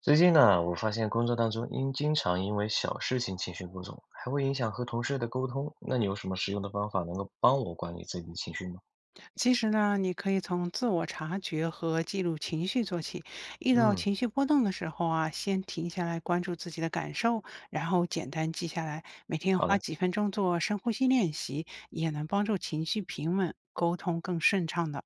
最近呢，我发现工作当中因经常因为小事情情绪波动，还会影响和同事的沟通。那你有什么实用的方法能够帮我管理自己的情绪吗？其实呢，你可以从自我察觉和记录情绪做起。遇到嗯，情绪波动的时候啊，先停下来关注自己的感受，然后简单记下来。每天好花的，几分钟做深呼吸练习，也能帮助情绪平稳，沟通更顺畅的。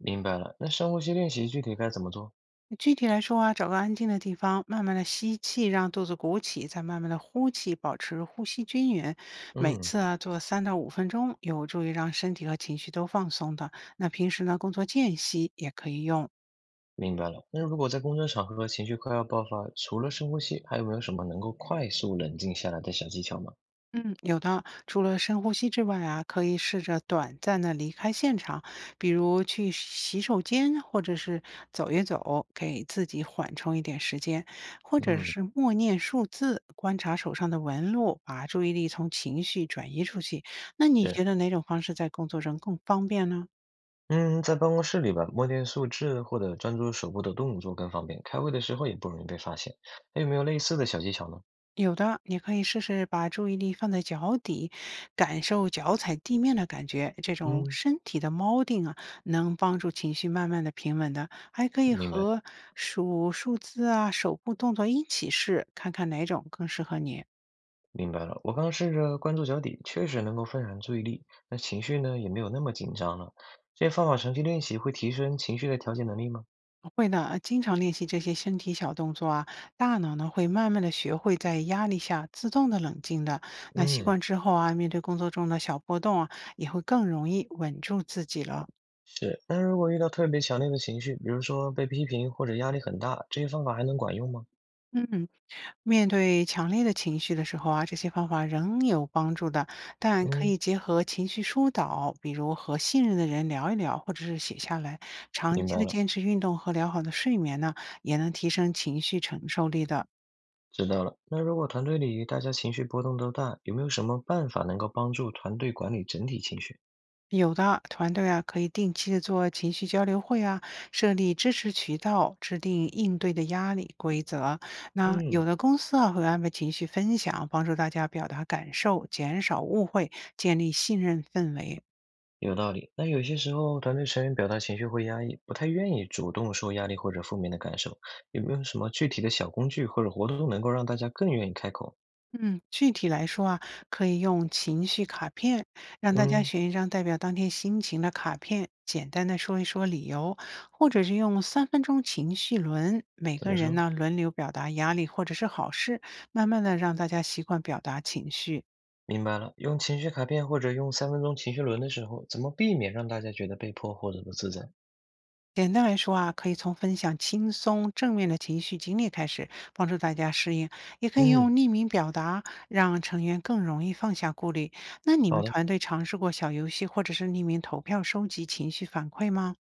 明白了。那深呼吸练习具体该怎么做？具体来说啊，找个安静的地方，慢慢的吸气，让肚子鼓起，再慢慢的呼气，保持呼吸均匀。每嗯，次啊做3到5分钟，有助于让身体和情绪都放松的。那平时呢，工作间隙也可以用。明白了。那如果在工作场合情绪快要爆发，除了深呼吸，还有没有什么能够快速冷静下来的小技巧吗？嗯，有的。除了深呼吸之外啊，可以试着短暂的离开现场，比如去洗手间，或者是走一走，给自己缓冲一点时间，或者嗯，是默念数字，观察手上的纹路，把注意力从情绪转移出去。那你对。觉得哪种方式在工作中更方便呢？嗯，在办公室里吧，摸念数字或者专注手部的动作更方便，开会的时候也不容易被发现。还有没有类似的小技巧呢？有的，你可以试试把注意力放在脚底，感受脚踩地面的感觉。这种嗯，身体的锚定啊，能帮助情绪慢慢的平稳的。还可以明白。和数数字啊、手部动作一起试，看看哪种更适合你。明白了，我刚刚试着关注脚底，确实能够分散注意力，那情绪呢也没有那么紧张了。这些方法长期练习会提升情绪的调节能力吗？会的，经常练习这些身体小动作啊，大脑呢会慢慢的学会在压力下自动的冷静的。那习嗯，惯之后啊，面对工作中的小波动啊，也会更容易稳住自己了。是。那如果遇到特别强烈的情绪，比如说被批评或者压力很大，这些方法还能管用吗？嗯，面对强烈的情绪的时候啊，这些方法仍有帮助的，但可嗯，以结合情绪疏导，比如和信任的人聊一聊，或者是写下来。长明期白的了，坚持运动和良好的睡眠呢，也能提升情绪承受力的。知道了。那如果团队里大家情绪波动都大，有没有什么办法能够帮助团队管理整体情绪？有的团队啊，可以定期的做情绪交流会啊，设立支持渠道，制定应对的压力规则。那有嗯。的公司啊，会安排情绪分享，帮助大家表达感受，减少误会，建立信任氛围。有道理。那有些时候，团队成员表达情绪会压抑，不太愿意主动说压力或者负面的感受。有没有什么具体的小工具或者活动能够让大家更愿意开口？嗯，具体来说啊，可以用情绪卡片，让大家嗯，选一张代表当天心情的卡片，简单的说一说理由，或者是用3分钟情绪轮，每怎个么人说？呢轮流表达压力或者是好事，慢慢的让大家习惯表达情绪。明白了，用情绪卡片或者用3分钟情绪轮的时候，怎么避免让大家觉得被迫或者不自在？简单来说啊，可以从分享轻松正面的情绪经历开始，帮助大家适应；也可以用嗯，匿名表达，让成员更容易放下顾虑。那你们好的。团队尝试过小游戏或者是匿名投票收集情绪反馈吗？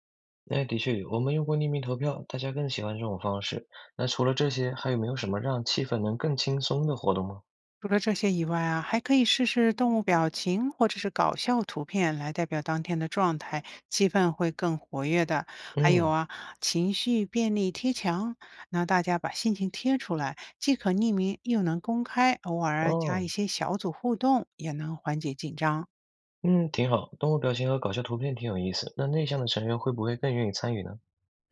那的确，我们用过匿名投票，大家更喜欢这种方式。那除了这些，还有没有什么让气氛能更轻松的活动吗？除了这些以外啊，还可以试试动物表情或者是搞笑图片来代表当天的状态，气氛会更活跃的。还有嗯，啊，情绪便利贴墙，那大家把心情贴出来，既可匿名又能公开，偶尔啊加一哦，些小组互动，也能缓解紧张。嗯，挺好。动物表情和搞笑图片挺有意思。那内向的成员会不会更愿意参与呢？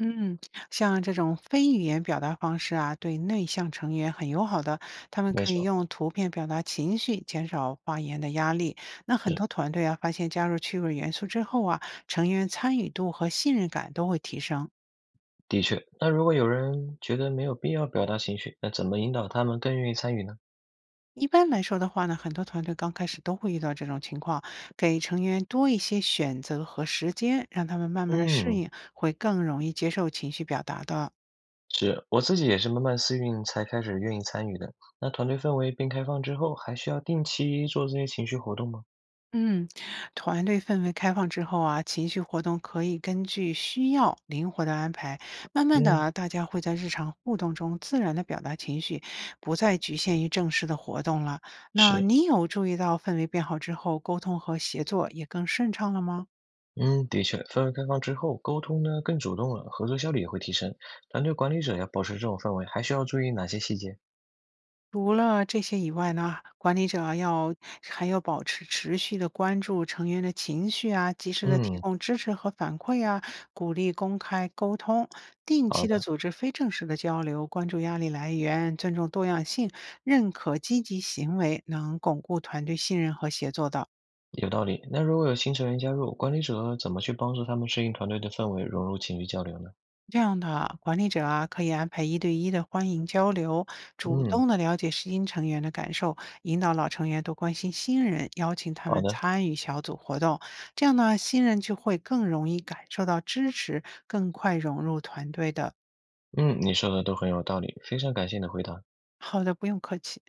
嗯，像这种非语言表达方式啊，对内向成员很友好的，他们没可以错，用图片表达情绪，减少发言的压力。那很是，多团队啊，发现加入趣味元素之后啊，成员参与度和信任感都会提升。的确。那如果有人觉得没有必要表达情绪，那怎么引导他们更愿意参与呢？一般来说的话呢，很多团队刚开始都会遇到这种情况，给成员多一些选择和时间，让他们慢慢的适嗯，应，会更容易接受情绪表达的。是，我自己也是慢慢适应才开始愿意参与的。那团队氛围变开放之后，还需要定期做这些情绪活动吗？嗯，团队氛围开放之后啊，情绪活动可以根据需要灵活的安排。慢慢的嗯，啊大家会在日常互动中自然的表达情绪，不再局限于正式的活动了。那是，你有注意到氛围变好之后，沟通和协作也更顺畅了吗？嗯，的确，氛围开放之后，沟通呢更主动了，合作效率也会提升。团队管理者要保持这种氛围，还需要注意哪些细节？除了这些以外呢，管理者要还要保持持续的关注成员的情绪啊，及时的提嗯，供支持和反馈啊，鼓励公开沟通，定期好的的。组织非正式的交流，关注压力来源，尊重多样性，认可积极行为，能巩固团队信任和协作的。有道理。那如果有新成员加入，管理者怎么去帮助他们适应团队的氛围，融入情绪交流呢？这样的管理者啊，可以安排1对1的欢迎交流，主嗯，动的了解新成员的感受，引导老成员多关心新人，邀请他好们的，参与小组活动。这样呢，新人就会更容易感受到支持，更快融入团队的。嗯，你说的都很有道理，非常感谢你的回答。好的，不用客气。